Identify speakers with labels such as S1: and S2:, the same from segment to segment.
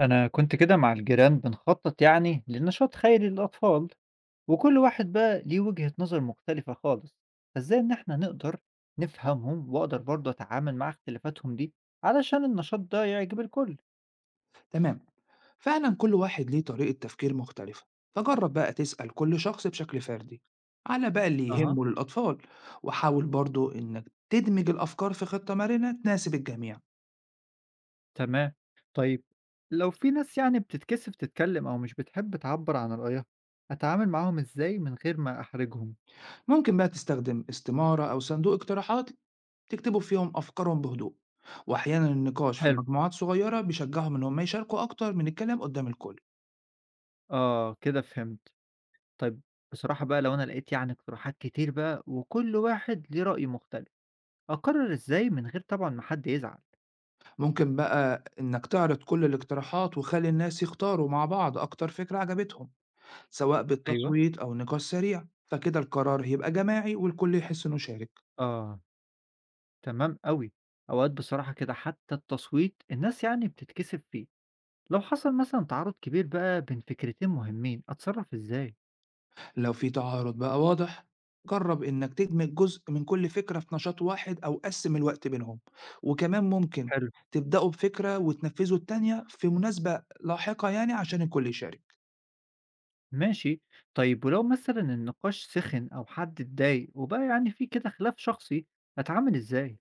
S1: أنا كنت كده مع الجيران بنخطط يعني لنشاط خيري للأطفال، وكل واحد بقى ليه وجهة نظر مختلفة خالص. فإزاي إن إحنا نقدر نفهمهم وأقدر برضه أتعامل مع اختلافاتهم دي علشان النشاط ده يعجب الكل؟
S2: تمام. فعلا كل واحد ليه طريقة تفكير مختلفة، فجرب بقى تسأل كل شخص بشكل فردي على بقى اللي
S1: اها.
S2: يهمه للأطفال. وحاول برضو إنك تدمج الأفكار في خطة مرنة تناسب الجميع.
S1: تمام. طيب، لو في ناس يعني بتتكسف تتكلم او مش بتحب تعبر عن رأيها، اتعامل معاهم ازاي من غير ما احرجهم؟
S2: ممكن بقى تستخدم استمارة أو صندوق اقتراحات تكتبوا فيهم أفكارهم بهدوء. وأحيانا النقاش في
S1: حلو.
S2: مجموعات صغيرة بيشجعهم إن هم يشاركوا أكتر من الكلام قدام الكل.
S1: آه كده فهمت. طيب، بصراحة بقى لو أنا لقيت يعني اقتراحات كتير بقى وكل واحد ليه رأي مختلف، أقرر إزاي من غير طبعًا ما حد يزعل؟
S2: ممكن بقى إنك تعرض كل الاقتراحات وخلي الناس يختاروا مع بعض أكتر فكرة عجبتهم، سواء
S1: أيوه.
S2: بالتصويت أو نقاش سريع. فكده القرار هيبقى جماعي والكل يحس إنه شارك.
S1: آه، تمام أوي. أوقات بصراحة كده حتى التصويت الناس يعني بتتكسف فيه. لو حصل مثلًا تعارض كبير بقى بين فكرتين مهمين، أتصرف إزاي؟
S2: لو في تعارض بقى واضح، جرب إنك تدمج جزء من كل فكرة في نشاط واحد أو قسم الوقت بينهم. وكمان ممكن
S1: حلو.
S2: تبدأوا بفكرة وتنفذوا التانية في مناسبة لاحقة، يعني عشان الكل يشارك.
S1: ماشي، طيب ولو مثلًا النقاش سخن أو حد اتضايق وبقى يعني في كده خلاف شخصي، أتعامل إزاي؟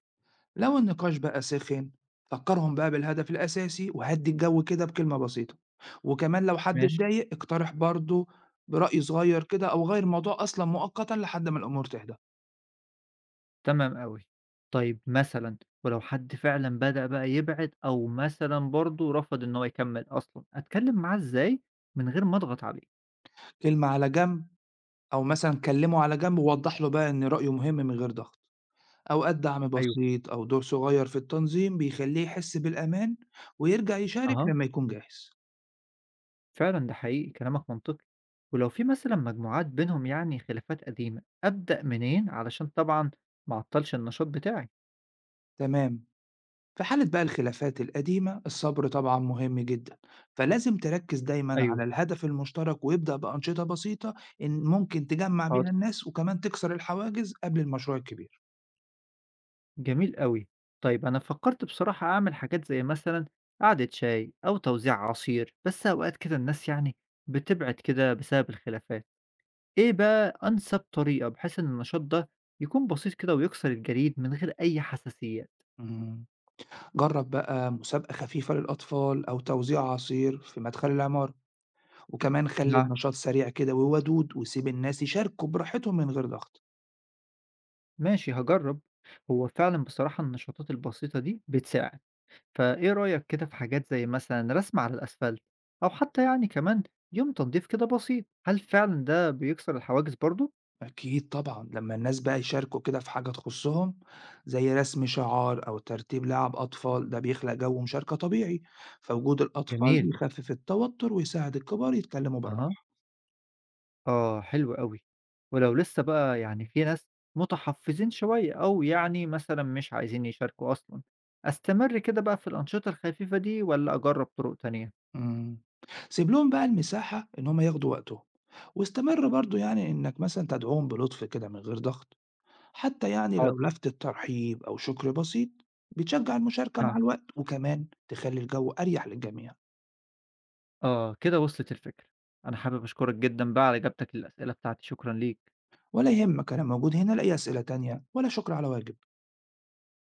S2: لو النقاش بقى سخن، فكرهم بقى بالهدف الأساسي وهدي الجو كده بكلمة بسيطة. وكمان لو حد
S1: ماشي.
S2: اتضايق اقترح برضه برأي صغير كده أو غير الموضوع أصلا مؤقتا لحد ما الأمور تهدى.
S1: تمام أوي. طيب مثلًا، ولو حد فعلًا بدأ بقى يبعد أو مثلًا برضه رفض إن هو يكمّل أصلًا، أتكلم معاه إزاي من غير ما أضغط عليه؟
S2: كلمة على جنب، أو مثلًا كلّمه على جنب ووضّح له بقى إن رأيه مهم من غير ضغط، أوقات دعم
S1: أيوه،
S2: بسيط أو دور صغير في التنظيم بيخلّيه يحس بالأمان ويرجع يشارك
S1: أها،
S2: لمّا يكون جاهز.
S1: فعلًا ده حقيقي كلامك منطقي. ولو في مثلًا مجموعات بينهم يعني خلافات قديمة، أبدأ منين علشان طبعًا ما اعطّلش النشاط بتاعي؟
S2: تمام، في حالة بقى الخلافات القديمة الصبر طبعًا مهم جدًا، فلازم تركّز دايمًا
S1: أيوه،
S2: على الهدف المشترك وابدأ بأنشطة بسيطة إن ممكن تجمّع بيها
S1: حاضر،
S2: الناس وكمان تكسر الحواجز قبل المشروع الكبير.
S1: جميل أوي. طيب أنا فكّرت بصراحة أعمل حاجات زي مثلًا قعدة شاي أو توزيع عصير، بس أوقات كده الناس يعني بتبعد كده بسبب الخلافات. إيه بقى أنسب طريقة بحيث إن النشاط ده يكون بسيط كده ويكسر الجليد من غير أي حساسيات؟
S2: إمم، جرّب بقى مسابقة خفيفة للأطفال أو توزيع عصير في مدخل العمارة. وكمان خلّي
S1: نعم.
S2: النشاط سريع كده وودود، وسيب الناس يشاركوا براحتهم من غير ضغط.
S1: ماشي هاجرّب. هو فعلًا بصراحة النشاطات البسيطة دي بتساعد. فإيه رأيك كده في حاجات زي مثلًا رسم على الأسفلت أو حتى يعني كمان يوم تنضيف كده بسيط، هل فعلًا ده بيكسر الحواجز برضه؟
S2: أكيد طبعًا. لمّا الناس بقى يشاركوا كده في حاجة تخصهم، زي رسم شعار أو ترتيب لعب أطفال، ده بيخلق جو مشاركة طبيعي، فوجود الأطفال
S1: جميل.
S2: بيخفف التوتر ويساعد الكبار يتكلموا
S1: أها،
S2: بالراحة.
S1: آه حلو أوي. ولو لسه بقى يعني في ناس متحفّظين شوية أو يعني مثلًا مش عايزين يشاركوا أصلًا، أستمر كده بقى في الأنشطة الخفيفة دي والّا أجرّب طرق تانية؟
S2: إمم، سيب لهم بقى المساحة إن هُم ياخدوا وقتهم، واستمر برضه يعني إنك مثلًا تدعوهم بلطف كده من غير ضغط. حتى يعني
S1: حاضر،
S2: لو لفتة ترحيب أو شكر بسيط بتشجع المشاركة
S1: نعم.
S2: مع الوقت وكمان تخلي الجو أريح للجميع.
S1: آه، كده وصلت الفكرة. أنا حابب أشكرك جدًا بقى على إجابتك للأسئلة بتاعتي، شكرًا ليك.
S2: ولا يهمك، أنا موجود هنا لأي أسئلة تانية، ولا شكر على واجب.